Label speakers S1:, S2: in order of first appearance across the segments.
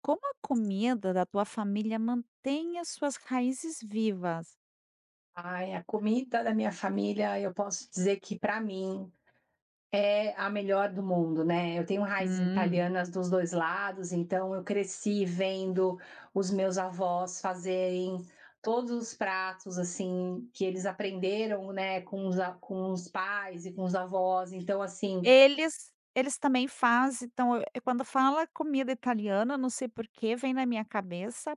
S1: Como a comida da tua família mantém as suas raízes vivas?
S2: Ai, a comida da minha família, eu posso dizer que para mim é a melhor do mundo, né. Eu tenho raízes
S1: Hum.
S2: italianas dos 2 lados, então eu cresci vendo os meus avós fazerem todos os pratos, assim, que eles aprenderam, né, com os pais e com os avós. Então, assim,
S1: Eles eles também fazem. Então, quando fala comida italiana, não sei por que, vem na minha cabeça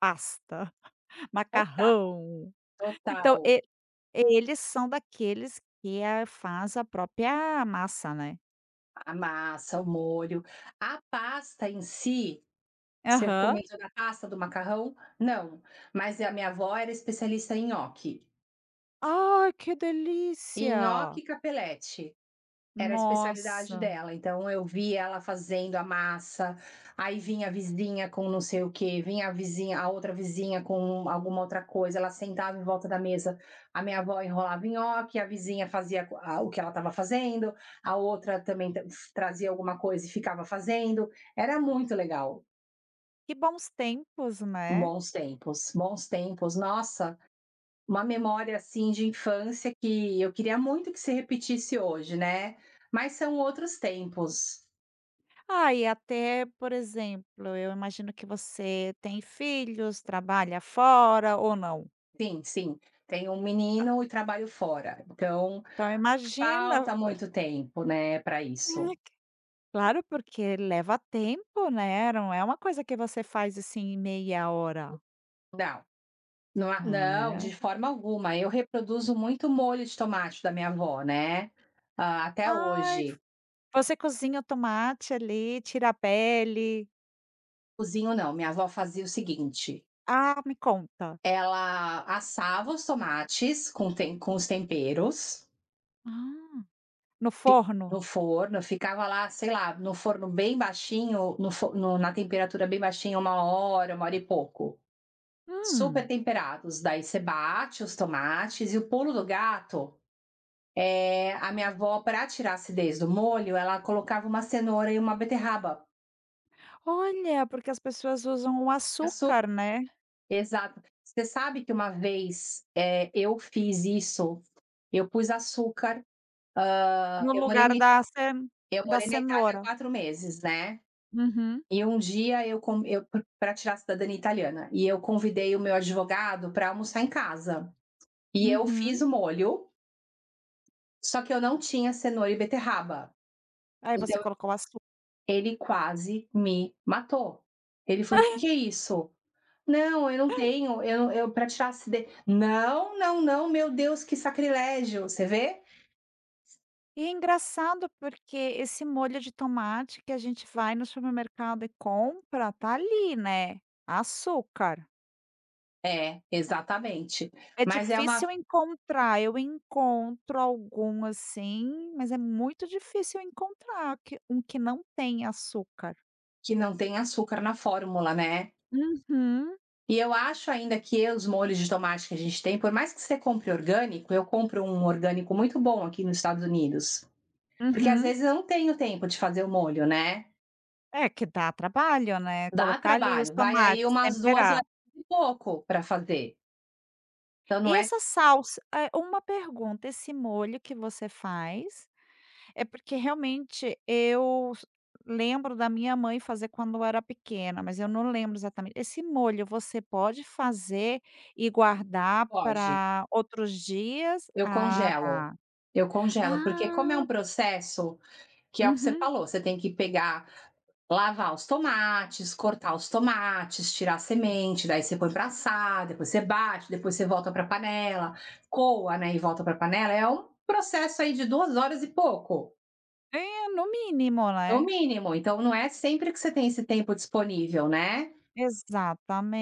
S1: pasta,
S2: total,
S1: macarrão. Então
S2: total.
S1: e eles são daqueles que a faz a própria massa, né?
S2: A massa, o molho, a pasta em si. Você
S1: Aham.
S2: comentou da pasta do macarrão? Não, mas a minha avó era especialista em nhoque.
S1: Ai, que
S2: Em nhoque
S1: delícia!
S2: e capelete, era a especialidade
S1: Nossa,
S2: dela, então eu via ela fazendo a massa, aí vinha a vizinha com não sei o quê, vinha a outra vizinha com alguma outra coisa, ela sentava em volta da mesa, a minha avó enrolava em nhoque, a vizinha fazia co a o que ela estava fazendo, a outra também ta trazia alguma coisa e ficava fazendo. Era muito legal.
S1: que bons tempos, né?
S2: Bons tempos, bons tempos. Nossa, uma memória, assim, de infância que eu queria muito que se repetisse hoje, né, mas são outros tempos.
S1: Ah, e até, por exemplo, eu imagino que você tem filhos, trabalha fora ou não.
S2: Sim, sim, tenho um menino e trabalho fora, então
S1: Então imagina
S2: falta muito tempo, né, para isso.
S1: claro, porque leva tempo, né, não é uma coisa que você faz, assim, em meia hora.
S2: Não, não a não, de
S1: É.
S2: forma alguma, eu reproduzo muito molho de tomate da minha avó, né, até
S1: Ai,
S2: hoje.
S1: você cozinha o tomate ali, tira a pele.
S2: Cozinho não, minha avó fazia o seguinte,
S1: Ah, me conta.
S2: ela assava os tomates com os temperos.
S1: Ah, no forno?
S2: No forno, ficava lá, sei lá, no forno bem baixinho, no fo no na temperatura bem baixinha, 1 hora, 1 hora e pouco. Super
S1: Hum,
S2: temperados, daí você bate os tomates e o pulo do gato, é a minha avó para tirar a acidez do molho, ela colocava uma cenoura e uma beterraba.
S1: olha, porque as pessoas usam o
S2: Açúcar.
S1: açúcar, né,
S2: Exato. Você sabe que uma vez, eu fiz isso, eu pus açúcar, hã,
S1: no
S2: eu morei
S1: lugar
S2: na Ita
S1: da ce
S2: eu
S1: da
S2: morei na Itália
S1: cenoura.
S2: 4 meses, né.
S1: Uhum.
S2: E um dia eu pra tirar a cidadania italiana, e eu convidei o meu advogado para almoçar em casa. E eu
S1: Uhum.
S2: fiz o molho, só que eu não tinha cenoura e beterraba.
S1: Aí você
S2: Então
S1: colocou o açúcar.
S2: ele quase me matou. Ele falou: "O que é isso?". "Não, eu não tenho, eu pra tirar a cide". "Não, não, não, meu Deus, que sacrilégio". Você vê?
S1: E é engraçado porque esse molho de tomate que a gente vai no supermercado e compra, tá ali, né, açúcar.
S2: É, exatamente.
S1: É
S2: Mas é uma
S1: difícil encontrar, eu encontro algum assim, mas é muito difícil encontrar que um que não tem açúcar.
S2: que não tem açúcar na fórmula, né.
S1: Uhum,
S2: E eu acho ainda que os molhos de tomate que a gente tem, por mais que você compre orgânico, eu compro um orgânico muito bom aqui nos Estados Unidos. Porque às
S1: uhum.
S2: vezes eu não tenho tempo de fazer o molho, né?
S1: É que dá trabalho, né,
S2: Dá
S1: colocar ali os
S2: trabalho. Vai aí
S1: tomates,
S2: umas duas
S1: temperar.
S2: horas e pouco para fazer. Então não
S1: E
S2: é que
S1: essa salsa, uma pergunta, esse molho que você faz. É porque realmente eu s lembro da minha mãe fazer quando eu era pequena, mas eu não lembro exatamente. Esse molho você pode fazer e guardar
S2: pode.
S1: para outros dias?
S2: Eu
S1: Ah,
S2: congelo.
S1: tá.
S2: Eu congelo, porque como é
S1: Ah,
S2: um processo que é o que você
S1: uhum.
S2: falou, você tem que pegar. Lavar os tomates, cortar os tomates, tirar a semente, daí você põe pra assar, depois você bate, depois você volta pra panela, coa, né, e volta pra panela, é um processo aí de 2 horas e pouco,
S1: É, no mínimo,
S2: no
S1: né.
S2: mínimo, então não é sempre que você tem esse tempo disponível, né.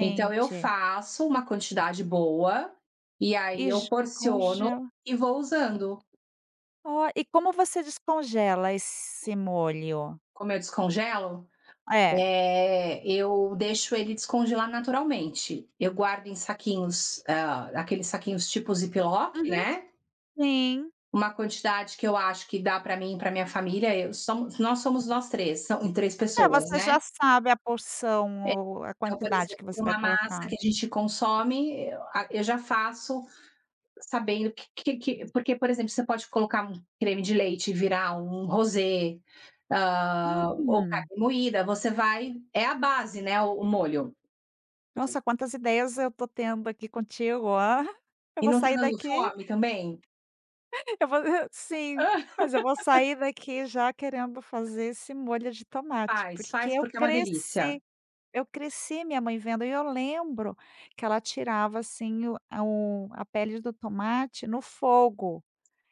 S2: Então eu faço uma quantidade boa, e
S1: E
S2: aí
S1: j
S2: eu porciono
S1: congela.
S2: e vou usando.
S1: Ó, e como você descongela esse molho?
S2: Como eu descongelo?
S1: É.
S2: É, eu deixo ele descongelar naturalmente. Eu guardo em saquinhos, ah, aqueles saquinhos tipo Ziploc,
S1: Uhum,
S2: né?
S1: sim.
S2: Uma quantidade que eu acho que dá para mim e para minha família. Nós somos nós três, são em três
S1: É,
S2: pessoas,
S1: você
S2: né?
S1: já sabe a porção ou a
S2: Então, por
S1: quantidade que
S2: exemplo,
S1: você
S2: pra
S1: vai
S2: uma massa
S1: colocar.
S2: que a gente consome, eu já faço sabendo que porque, por exemplo, você pode colocar um creme de leite e virar um rosé, ou
S1: Hum.
S2: carne moída, você vai é a base, né, o molho.
S1: Nossa, quantas ideias eu tô tendo aqui contigo, ó. Eu
S2: E
S1: vou
S2: não tá
S1: sair
S2: dando
S1: daqui,
S2: fome também?
S1: eu vou sim, mas eu vou sair daqui já querendo fazer esse molho de tomate,
S2: Faz,
S1: porque
S2: faz porque é uma delícia.
S1: eu cresci minha mãe vendo e eu lembro que ela tirava, assim, o a pele do tomate no fogo.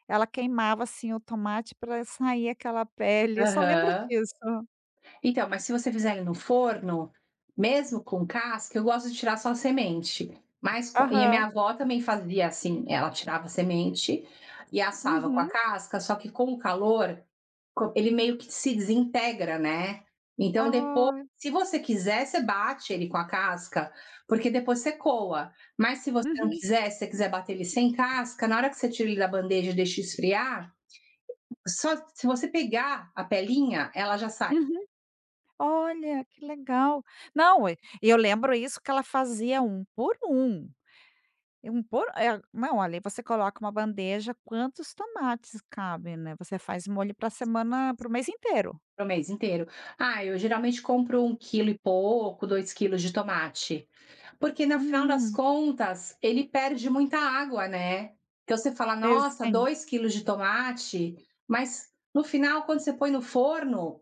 S1: Ela queimava, assim, o tomate para sair aquela pele, eu só lembro
S2: Aham.
S1: disso.
S2: Então, mas se você fizer ele no forno, mesmo com casca, eu gosto de tirar só a semente. Mas co e a minha
S1: Aham.
S2: avó também fazia assim, ela tirava a semente e assava com a
S1: Uhum.
S2: casca, só que com o calor, co ele meio que se desintegra, né. Então depois,
S1: Ah.
S2: se você quiser, você bate ele com a casca, porque depois você coa. Mas se você não
S1: Uhum.
S2: quiser, se você quiser bater ele sem casca, na hora que você tira ele da bandeja e deixa esfriar, só se você pegar a pelinha, ela já sai.
S1: Uhum. Olha, que legal. Não, e eu lembro isso que ela fazia um por um, e 1 por não, olha, aí você coloca uma bandeja, quantos tomates cabem, né, você faz molho para semana para o mês inteiro.
S2: Para mês inteiro. Ah, eu geralmente compro 1 quilo e pouco, 2 quilos de tomate, porque no final das
S1: Hum,
S2: contas ele perde muita água, né. Então você fala:
S1: e
S2: "Nossa,
S1: sim.
S2: 2 quilos de tomate", mas no final quando você põe no forno,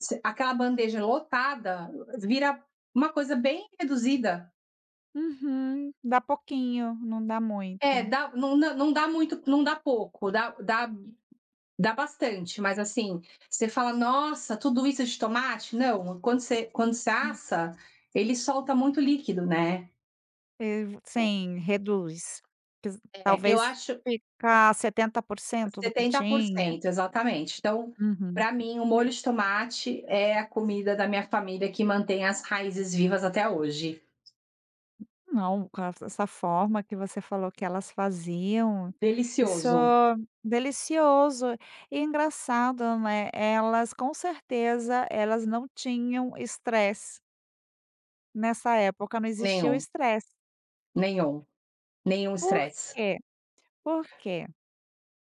S2: você aquela bandeja lotada vira uma coisa bem reduzida.
S1: Uhum. Dá pouquinho, não dá
S2: É,
S1: muito.
S2: dá, não dá, não dá muito, não dá pouco, dá. Dá bastante, mas assim, você fala: "Nossa, tudo isso é de tomate?". Não, quando você assa, ele solta muito líquido, né.
S1: E v sim, reduz. Ques
S2: É, eu
S1: talvez
S2: acho
S1: ficar 70% do que
S2: setenta por
S1: tinha.
S2: cento exatamente. Então,
S1: Uhum.
S2: para mim, o molho de tomate é a comida da minha família que mantém as raízes vivas até hoje.
S1: Não, com essa forma que você falou que elas faziam, isso
S2: Delicioso.
S1: é delicioso e engraçado, né, elas com certeza elas não tinham estresse, nessa época não existia o
S2: Nenhum,
S1: estresse.
S2: nenhum, nenhum
S1: Por
S2: estresse.
S1: quê? Por quê?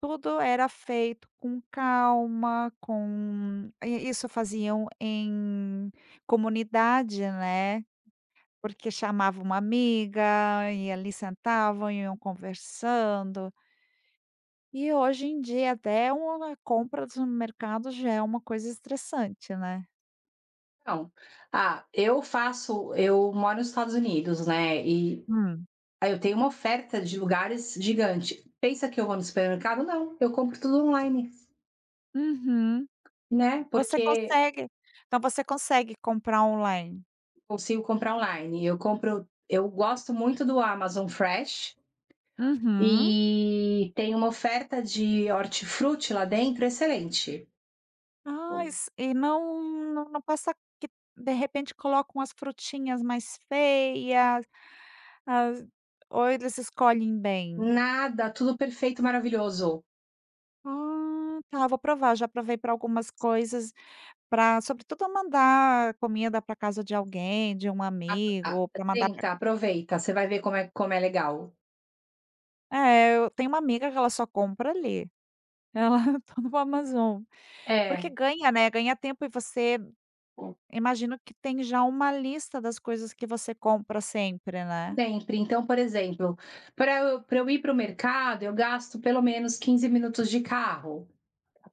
S1: Tudo era feito com calma, com e isso faziam em comunidade, né, porque chamava uma amiga e ali sentavam, e iam conversando. E hoje em dia até uma compra do supermercado já é uma coisa estressante, né.
S2: Não. Ah, eu moro nos Estados Unidos, né, e
S1: Hum.
S2: aí eu tenho uma oferta de lugares gigante. Pensa que eu vou no supermercado? Não, eu compro tudo online,
S1: Uhum.
S2: né,
S1: Você
S2: porque
S1: consegue Então você consegue comprar online?
S2: consigo comprar online. Eu gosto muito do Amazon Fresh
S1: Uhum.
S2: e tem uma oferta de hortifruti lá dentro excelente.
S1: Ah, isso e não não passa que de repente colocam as frutinhas mais feias, as ou eles escolhem bem?
S2: Nada, tudo perfeito, maravilhoso.
S1: "Ah, tá, vou provar", já provei para algumas coisas, para sobretudo mandar comida para casa de alguém, de um
S2: A
S1: amigo,
S2: a
S1: para mandar para.
S2: tenta, aproveita, você vai ver como é legal.
S1: É, eu tenho uma amiga que ela só compra ali. Ela tudo no Amazon. Porque
S2: É.
S1: ganha, né, ganha tempo e você imagino que tem já uma lista das coisas que você compra sempre, né.
S2: Sempre. Então, por exemplo, para eu ir para o mercado, eu gasto pelo menos 15 minutos de carro,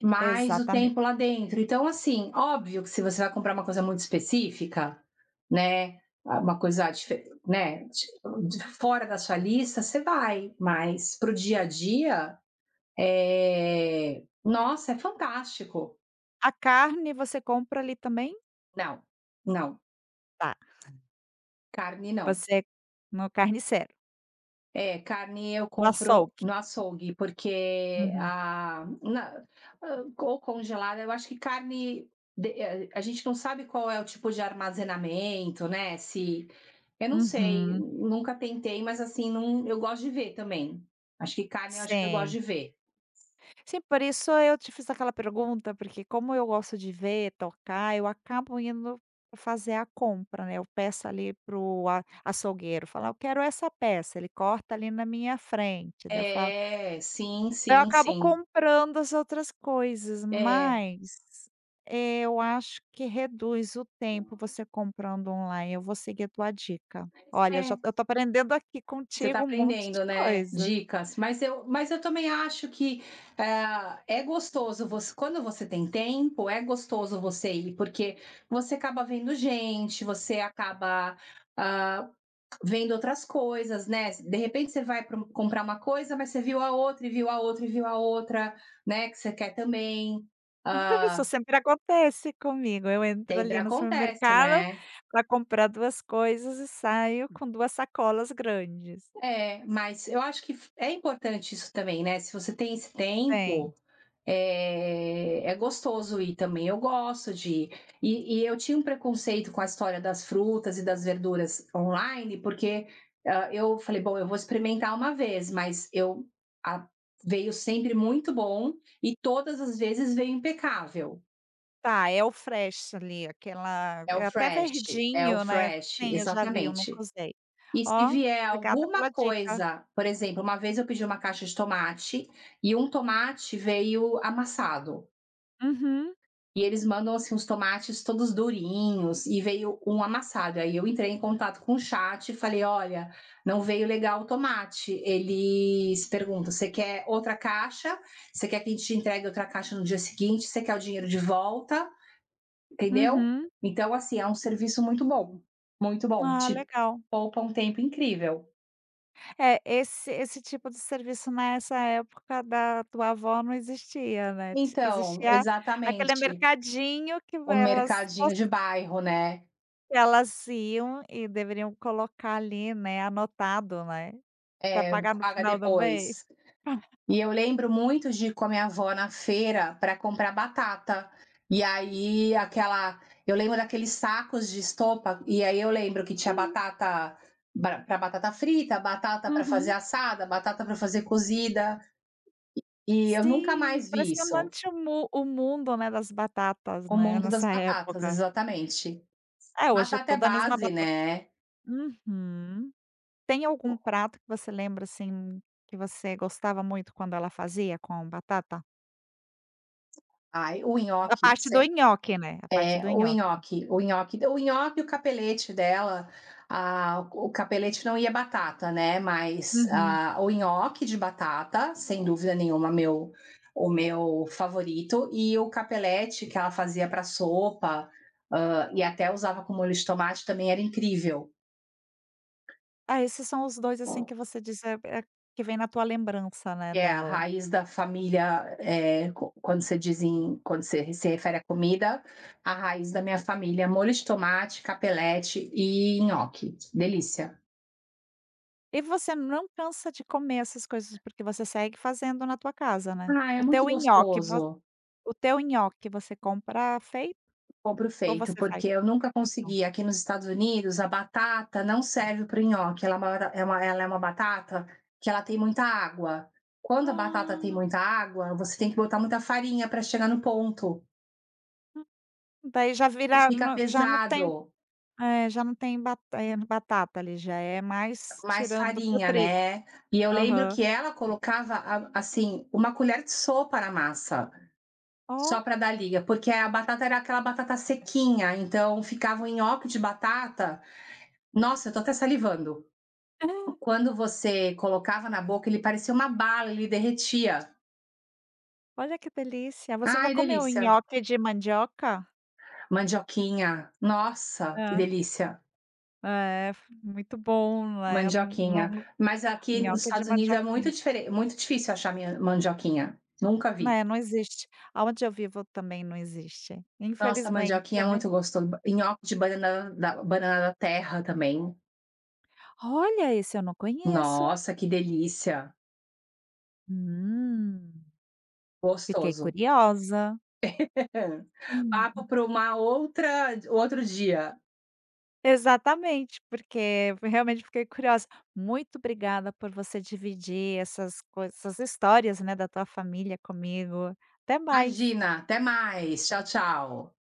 S2: mais o
S1: Exatamente.
S2: tempo lá dentro. Então, assim, óbvio que se você vai comprar uma coisa muito específica, né, uma coisa dife né, de fora da sua lista, você vai, mas para o dia a dia, nossa, é fantástico.
S1: A carne você compra ali também?
S2: Não, não,
S1: Tá.
S2: carne não.
S1: Você no carniceiro,
S2: É, carne eu
S1: no
S2: compro
S1: açougue.
S2: no açougue, porque
S1: Uhum.
S2: a na ou congelada, eu acho que carne de a gente não sabe qual é o tipo de armazenamento, né, se eu não sei,
S1: Uhum.
S2: nunca tentei, mas assim, não eu gosto de ver também. Acho que carne, eu acho que eu gosto de
S1: Sim.
S2: ver.
S1: Sim, por isso eu te fiz aquela pergunta, porque como eu gosto de ver, tocar, eu acabo indo fazer a compra, né, eu peço ali pro a açougueiro, falar "Eu quero essa peça", ele corta ali na minha frente, daí eu falo
S2: É, sim,
S1: eu
S2: sim,
S1: acabo
S2: sim.
S1: comprando as outras coisas,
S2: É,
S1: mas eu acho que reduz o tempo você comprando online, eu vou seguir a tua dica. Olha,
S2: é.
S1: eu tô aprendendo aqui
S2: Você está
S1: contigo um monte de
S2: aprendendo, né,
S1: coisas.
S2: dicas. Mas eu também acho que, ah, é gostoso você quando você tem tempo, é gostoso você ir, porque você acaba vendo gente, você acaba, ah, vendo outras coisas, né. De repente você vai pra um comprar uma coisa, mas você viu a outra, e viu a outra, e viu a outra, né, que você quer também. Hã,
S1: Isso sempre acontece comigo. Eu entro
S2: sempre
S1: ali no
S2: acontece,
S1: supermercado
S2: né.
S1: para comprar 2 coisas e saio com 2 sacolas grandes.
S2: É, mas eu acho que é importante isso também, né, se você tem esse tempo.
S1: Tem.
S2: É, é gostoso ir também. Eu gosto de. Ir. E, eu tinha um preconceito com a história das frutas e das verduras online, porque ah, eu falei, bom, eu vou experimentar uma vez, mas eu a- veio sempre muito bom e todas as vezes veio impecável.
S1: Tá, é o fresh ali, aquela
S2: É o
S1: é até
S2: fresh, é o
S1: verdinho, né.
S2: fresh,
S1: Sim, eu já vi, eu nunca
S2: exatamente.
S1: usei.
S2: E se
S1: Ó,
S2: vier
S1: obrigada
S2: alguma
S1: pela dica.
S2: coisa, por exemplo, uma vez eu pedi uma caixa de tomate e um tomate veio amassado.
S1: Uhum,
S2: E eles mandam assim os tomates todos durinhos e veio um amassado. Aí eu entrei em contato com o chat e falei: "Olha, não veio legal o tomate". Eles perguntam: "Você quer outra caixa? Você quer que a gente entregue outra caixa no dia seguinte? Você quer o dinheiro de volta?", entendeu?
S1: uhum.
S2: Então assim, é um serviço muito bom,
S1: Ah,
S2: te
S1: legal.
S2: poupa um tempo incrível.
S1: É, esse tipo de serviço nessa época da tua avó não existia, né. Ti
S2: Então,
S1: existia aquele
S2: exatamente,
S1: mercadinho que
S2: o
S1: elas.
S2: mercadinho de bairro, né.
S1: Elas iam e deveriam colocar ali, né, anotado, né, para
S2: É,
S1: pagar no
S2: paga
S1: final do mês.
S2: depois. E eu lembro muito de ir com a minha avó na feira para comprar batata. E aí aquela eu lembro daqueles sacos de estopa, e aí eu lembro que tinha
S1: Hum,
S2: batata para batata frita, batata para fazer
S1: uhum.
S2: assada, batata para fazer cozida, e eu nunca
S1: Sim,
S2: mais vi isso.
S1: impressionante o mundo, né, das batatas,
S2: O
S1: né,
S2: mundo das
S1: nessa
S2: batatas,
S1: época.
S2: exatamente.
S1: É, hoje é
S2: Batata é
S1: toda a mesma
S2: base,
S1: batata.
S2: né.
S1: Uhum. Tem algum prato que você lembra, assim, que você gostava muito quando ela fazia com batata?
S2: Ai, o
S1: A
S2: nhoque,
S1: parte do
S2: você.
S1: nhoque, né, a parte do
S2: O
S1: nhoque.
S2: nhoque, o nhoque, o nhoque e o capelete dela, ah, o capelete não ia batata, né, mas,
S1: Uhum.
S2: ah, o nhoque de batata, sem dúvida nenhuma, meu o meu favorito, e o capelete que ela fazia para sopa, e até usava com molho de tomate também era incrível,
S1: Ah, esses são os dois assim, que você diz, que vem na tua lembrança, né,
S2: que é a
S1: dela.
S2: raiz da família, eh, qu quando você diz em quando você se refere à comida, a raiz da minha família, molho de tomate, capelete e nhoque, delícia.
S1: E você não cansa de comer essas coisas, porque você segue fazendo na tua casa, né?
S2: Ah, é muito gostoso.
S1: O teu nhoque você compra feito
S2: Compro
S1: ou
S2: feito,
S1: você faz?
S2: porque eu nunca consegui. Aqui nos Estados Unidos, a batata não serve para o nhoque, ela é uma batata que ela tem muita água. Quando a batata tem
S1: Ah,
S2: muita água, você tem que botar muita farinha para chegar no ponto.
S1: daí já vira
S2: Fica
S1: já não tem
S2: pesado,
S1: é, já não tem batata ali, já é mais
S2: mais
S1: tirando pro
S2: farinha,
S1: trigo.
S2: né. E eu lembro
S1: Aham.
S2: que ela colocava a assim, uma colher de sopa na massa. Só
S1: Ó,
S2: para dar liga, porque a batata era aquela batata sequinha, então ficava um nhoque de batata. Nossa, eu tô até salivando. Quando você colocava na boca, ele parecia uma bala, ele derretia.
S1: olha que delícia. Você já
S2: Ai,
S1: comeu
S2: delícia.
S1: nhoque de mandioca?
S2: Mandioquinha, nossa, que
S1: Ah.
S2: delícia.
S1: É, f- muito bom, né, eu n- não
S2: Mandioquinha.
S1: não
S2: Mas aqui nos
S1: nhoque de
S2: Estados Unidos é
S1: mandioca.
S2: muito diferente, muito difícil achar minha mandioquinha, nunca vi.
S1: Né, não existe. Aonde eu vivo também não existe,
S2: Nossa,
S1: infelizmente,
S2: mandioquinha é
S1: né.
S2: muito gostoso, nhoque de banana da terra também.
S1: Olha, esse eu não conheço.
S2: Nossa, que delícia,
S1: Hum, fiquei
S2: gostoso.
S1: curiosa.
S2: Hã. Papo para uma outra outro dia.
S1: Exatamente, porque realmente fiquei curiosa. Muito obrigada por você dividir essas histórias, né, da tua família comigo. Até mais.
S2: Imagina, até mais. Tchau, tchau.